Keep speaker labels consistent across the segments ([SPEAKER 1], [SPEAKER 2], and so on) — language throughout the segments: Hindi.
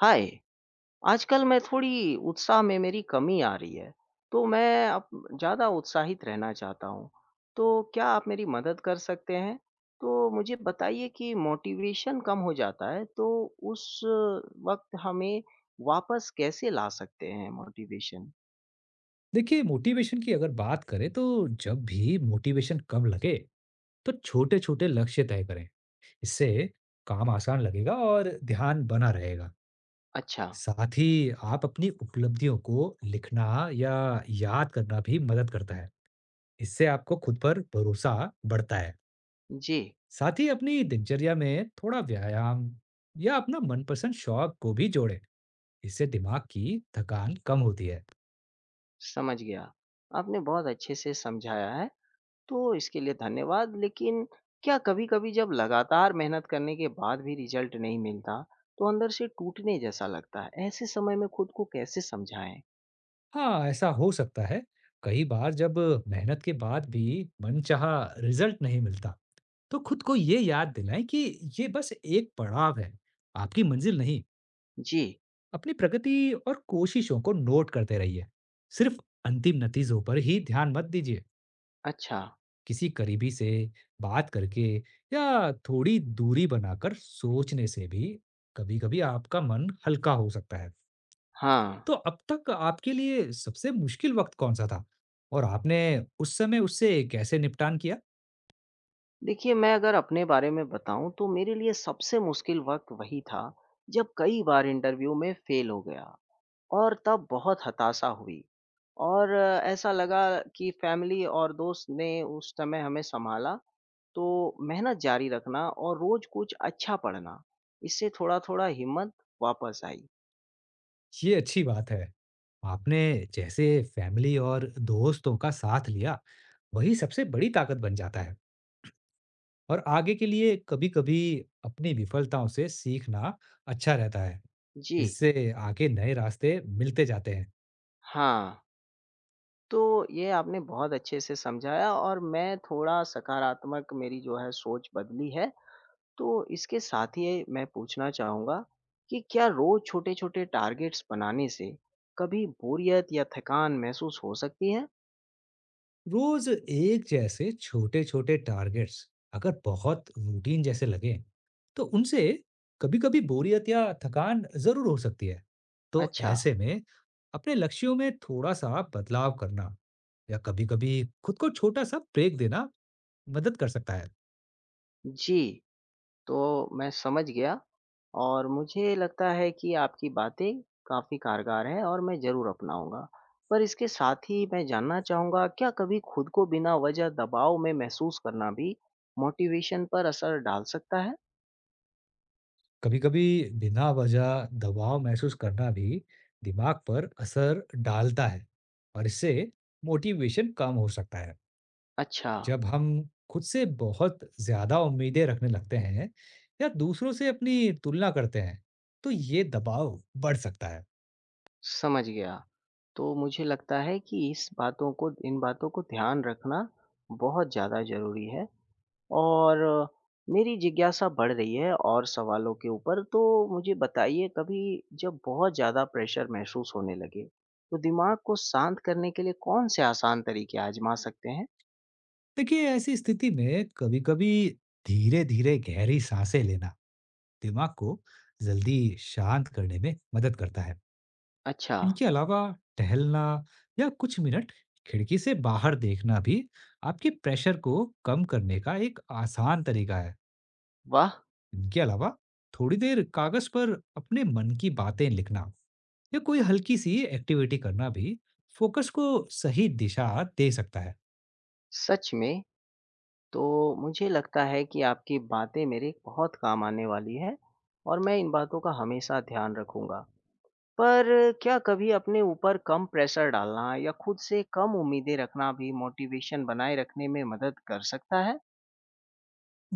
[SPEAKER 1] हाय। आजकल मैं थोड़ी उत्साह में मेरी कमी आ रही है। तो मैं अब ज़्यादा उत्साहित रहना चाहता हूँ। तो क्या आप मेरी मदद कर सकते हैं? तो मुझे बताइए कि मोटिवेशन कम हो जाता है तो उस वक्त हमें वापस कैसे ला सकते हैं मोटिवेशन।
[SPEAKER 2] देखिए मोटिवेशन की अगर बात करें तो जब भी मोटिवेशन कम लगे तो छोटे छोटे लक्ष्य तय करें। इससे काम आसान लगेगा और ध्यान बना रहेगा।
[SPEAKER 1] अच्छा।
[SPEAKER 2] साथ ही आप अपनी उपलब्धियों को लिखना या याद करना भी मदद करता है। इससे आपको खुद पर भरोसा बढ़ता है।
[SPEAKER 1] जी।
[SPEAKER 2] साथ ही अपनी दिनचर्या में थोड़ा व्यायाम या अपना मनपसंद शौक को भी जोड़ें। इससे दिमाग की थकान कम होती है।
[SPEAKER 1] समझ गया। आपने बहुत अच्छे से समझाया है तो इसके लिए धन्यवाद। लेकिन क्या कभी-कभी जब लगातार मेहनत करने के बाद भी रिज़ल्ट नहीं मिलता, तो अंदर से टूटने जैसा लगता है। ऐसे समय में खुद को कैसे समझाएँ?
[SPEAKER 2] हाँ, ऐसा हो सकता है। कई बार जब मेहनत के बाद भी मनचाहा रिजल्ट नहीं मिलता, तो खुद को ये याद दिलाएं कि ये बस एक पड़ाव है, आपकी मंजिल नहीं।
[SPEAKER 1] जी।
[SPEAKER 2] अपनी प्रगति और कोशिशों को नोट करते रहिए। सिर्फ अंतिम नतीजों पर ही ध्यान मत दीजिए।
[SPEAKER 1] अच्छा।
[SPEAKER 2] किसी करीबी से बात करके या थोड़ी दूरी बनाकर सोचने से भी कभी-कभी आपका मन हल्का हो सकता है।
[SPEAKER 1] हाँ।
[SPEAKER 2] तो अब तक आपके लिए सबसे मुश्किल वक़्त कौन-सा था? और आपने उस समय उससे कैसे निपटान किया?
[SPEAKER 1] देखिए, मैं अगर अपने बारे में बताऊँ तो मेरे लिए सबसे मुश्किल वक़्त वही था जब कई बार इंटरव्यू में फ़ेल हो गया और तब बहुत हताशा हुई। ऐसा लगा कि फ़ैमिली और दोस्त ने उस समय हमें सँभाला। तो मेहनत जारी रखना और रोज कुछ अच्छा पढ़ना, इससे थोड़ा-थोड़ा हिम्मत वापस आई।
[SPEAKER 2] ये अच्छी बात है। आपने जैसे फ़ैमिली और दोस्तों का साथ लिया, वही सबसे बड़ी ताकत बन जाता है और आगे के लिए कभी-कभी अपनी विफलताओं से सीखना अच्छा रहता है।
[SPEAKER 1] जी।
[SPEAKER 2] इससे आगे नए रास्ते मिलते जाते हैं।
[SPEAKER 1] हाँ। तो ये आपने बहुत अच्छे से समझाया और मैं थोड़ा सकारात्मक मेरी जो है सोच बदली है। तो इसके साथ ही मैं पूछना चाहूँगा कि क्या रोज छोटे-छोटे टारगेट्स बनाने से कभी बोरियत या थकान महसूस हो सकती है?
[SPEAKER 2] रोज एक जैसे छोटे-छोटे टारगेट्स अगर बहुत रूटीन जैसे लगें, तो उनसे कभी-कभी बोरियत या थकान ज़रूर हो सकती है। तो
[SPEAKER 1] अच्छा।
[SPEAKER 2] ऐसे में अपने लक्ष्यों में थोड़ा-सा बदलाव करना या कभी-कभी खुद को छोटा-सा ब्रेक देना मदद कर सकता है।
[SPEAKER 1] जी। तो मैं समझ गया और मुझे लगता है कि आपकी बातें काफ़ी कारगर हैं और मैं ज़रूर अपनाऊँगा। पर इसके साथ ही मैं जानना चाहूँगा क्या कभी खुद को बिना वजह दबाव में महसूस करना भी मोटिवेशन पर असर डाल सकता है?
[SPEAKER 2] कभी-कभी बिना वजह दबाव महसूस करना भी दिमाग पर असर डालता है और इससे मोटिवेशन कम हो सकता है।
[SPEAKER 1] अच्छा।
[SPEAKER 2] जब हम खुद से बहुत ज्यादा उम्मीदें रखने लगते हैं या दूसरों से अपनी तुलना करते हैं तो ये दबाव बढ़ सकता है।
[SPEAKER 1] समझ गया। तो मुझे लगता है कि इस बातों को इन बातों को ध्यान रखना बहुत ज़्यादा ज़रूरी है। और मेरी जिज्ञासा बढ़ रही है और सवालों के ऊपर, तो मुझे बताइए कभी जब बहुत ज़्यादा प्रेशर महसूस होने लगे, तो दिमाग को शांत करने के लिए कौन से आसान तरीके आज़मा सकते हैं?
[SPEAKER 2] देखिए ऐसी स्थिति में कभी-कभी धीरे-धीरे गहरी सांसें लेना दिमाग को जल्दी शांत करने में मदद करता है।
[SPEAKER 1] अच्छा।
[SPEAKER 2] इनके अलावा टहलना या कुछ मिनट खिड़की से बाहर देखना भी आपके प्रेशर को कम करने का एक आसान तरीका है।
[SPEAKER 1] वाह!
[SPEAKER 2] इनके अलावा थोड़ी देर कागज पर अपने मन की बातें लिखना या कोई हल्की सी एक्टिविटी करना भी फोकस को सही दिशा दे सकता है।
[SPEAKER 1] सच में। तो मुझे लगता है कि आपकी बातें मेरे बहुत काम आने वाली हैं और मैं इन बातों का हमेशा ध्यान रखूँगा। पर क्या कभी अपने ऊपर कम प्रेशर डालना या खुद से कम उम्मीदें रखना भी मोटिवेशन बनाए रखने में मदद कर सकता है?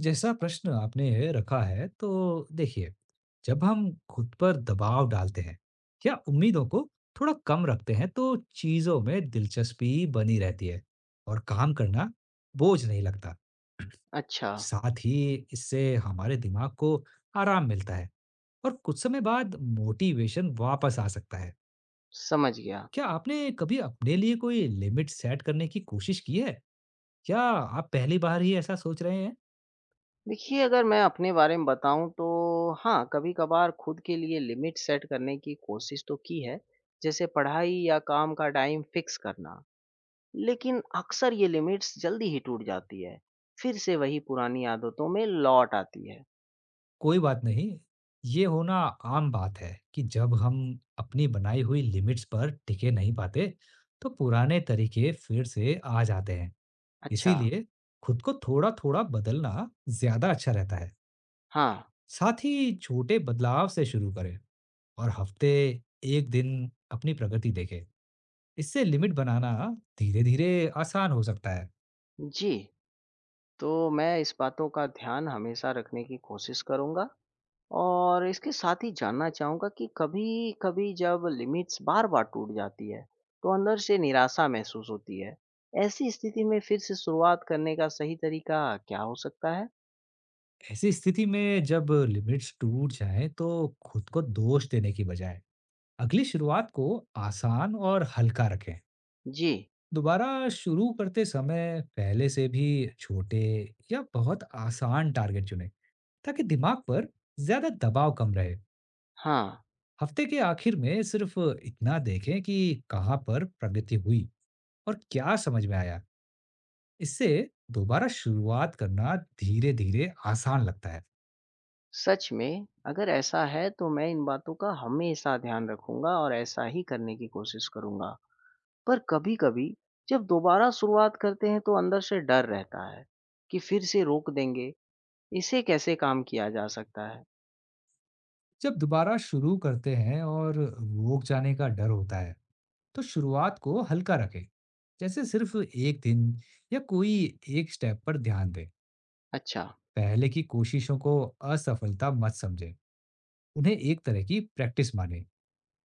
[SPEAKER 2] जैसा प्रश्न आपने रखा है तो देखिए, जब हम खुद पर दबाव डालते हैं या उम्मीदों को थोड़ा कम रखते हैं तो चीजों में दिलचस्पी बनी रहती है और काम करना बोझ नहीं लगता।
[SPEAKER 1] अच्छा।
[SPEAKER 2] साथ ही इससे हमारे दिमाग को आराम मिलता है और कुछ समय बाद मोटिवेशन वापस आ सकता है।
[SPEAKER 1] समझ गया।
[SPEAKER 2] क्या आपने कभी अपने लिए कोई लिमिट सेट करने की कोशिश की है? क्या आप पहली बार ही ऐसा सोच रहे हैं?
[SPEAKER 1] देखिए, अगर मैं अपने बारे में बताऊँ तो हाँ, कभी-कभार खुद के लिए लिमिट सेट करने की कोशिश तो की है, जैसे पढ़ाई या काम का टाइम फिक्स करना। लेकिन अक्सर ये लिमिट्स जल्दी ही टूट जाती है, फिर से वही पुरानी आदतों में लौट आती है।
[SPEAKER 2] कोई बात नहीं, ये होना आम बात है कि जब हम अपनी बनाई हुई लिमिट्स पर टिके नहीं पाते, तो पुराने तरीके फिर से आ जाते हैं।
[SPEAKER 1] अच्छा।
[SPEAKER 2] इसीलिए खुद को थोड़ा-थोड़ा बदलना ज़्यादा अच्छा रहता है।
[SPEAKER 1] हाँ।
[SPEAKER 2] साथ ही छोटे बदलाव से शुरू करें और हफ्ते 1 दिन अपनी प्रगति देखें। इससे लिमिट बनाना धीरे धीरे आसान हो सकता है।
[SPEAKER 1] जी। तो मैं इस बातों का ध्यान हमेशा रखने की कोशिश करूँगा। और इसके साथ ही जानना चाहूँगा कि कभी-कभी जब लिमिट्स बार-बार टूट जाती है, तो अंदर से निराशा महसूस होती है। ऐसी स्थिति में फिर से शुरुआत करने का सही तरीका क्या हो सकता है?
[SPEAKER 2] ऐसी स्थिति में जब लिमिट्स टूट जाएं तो खुद को दोष देने की बजाय अगली शुरुआत को आसान और हल्का रखें।
[SPEAKER 1] जी।
[SPEAKER 2] दोबारा शुरू करते समय पहले से भी छोटे या बहुत आसान टारगेट चुनें ताकि दिमाग पर ज्यादा दबाव कम रहे।
[SPEAKER 1] हाँ।
[SPEAKER 2] हफ्ते के आखिर में सिर्फ इतना देखें कि कहाँ पर प्रगति हुई और क्या समझ में आया। इससे दोबारा शुरुआत करना धीरे धीरे आसान लगता है।
[SPEAKER 1] सच में अगर ऐसा है तो मैं इन बातों का हमेशा ध्यान रखूँगा और ऐसा ही करने की कोशिश करूँगा। पर कभी-कभी जब दोबारा शुरुआत करते हैं तो अंदर से डर रहता है कि फिर से रोक देंगे। इसे कैसे काम किया जा सकता है?
[SPEAKER 2] जब दोबारा शुरू करते हैं और रोक जाने का डर होता है तो शुरुआत को हल्का रखें, जैसे सिर्फ एक दिन या कोई एक स्टेप पर ध्यान दें।
[SPEAKER 1] अच्छा।
[SPEAKER 2] पहले की कोशिशों को असफलता मत समझें, उन्हें एक तरह की प्रैक्टिस माने।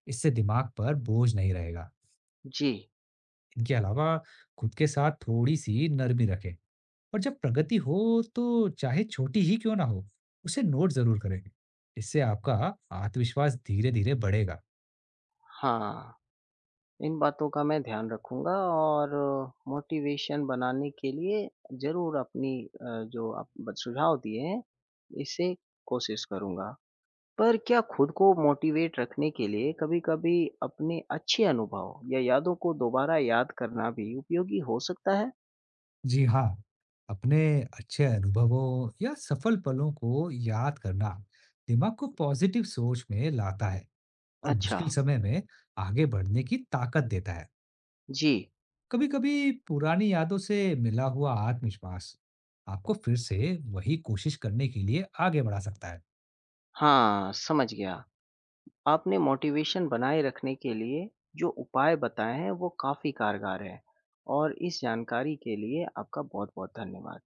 [SPEAKER 2] इससे दिमाग पर बोझ नहीं रहेगा।
[SPEAKER 1] जी।
[SPEAKER 2] इनके अलावा खुद के साथ थोड़ी सी नरमी रखें और जब प्रगति हो तो चाहे छोटी ही क्यों ना हो, उसे नोट ज़रूर करें। इससे आपका आत्मविश्वास धीरे-धीरे बढ़ेगा।
[SPEAKER 1] हाँ, इन बातों का मैं ध्यान रखूँगा और मोटिवेशन बनाने के लिए ज़रूर अपनी अ, जो आप ब सुझाव दिए हैं, इसे कोशिश करूँगा। पर क्या खुद को मोटिवेट रखने के लिए कभी-कभी अपने अच्छे अनुभव या यादों को दोबारा याद करना भी उपयोगी हो सकता है?
[SPEAKER 2] जी हाँ, अपने अच्छे अनुभवों या सफल पलों को याद करना दिमाग को पॉजिटिव सोच में लाता है और
[SPEAKER 1] अच्छा।
[SPEAKER 2] मुश्किल समय में आगे बढ़ने की ताकत देता है।
[SPEAKER 1] जी।
[SPEAKER 2] कभी-कभी पुरानी यादों से मिला हुआ आत्मविश्वास आपको फिर से वही कोशिश करने के लिए आगे बढ़ा सकता है।
[SPEAKER 1] हाँ, समझ गया। आपने मोटिवेशन बनाए रखने के लिए जो उपाय बताए हैं वो काफ़ी कारगर है और इस जानकारी के लिए आपका बहुत बहुत धन्यवाद।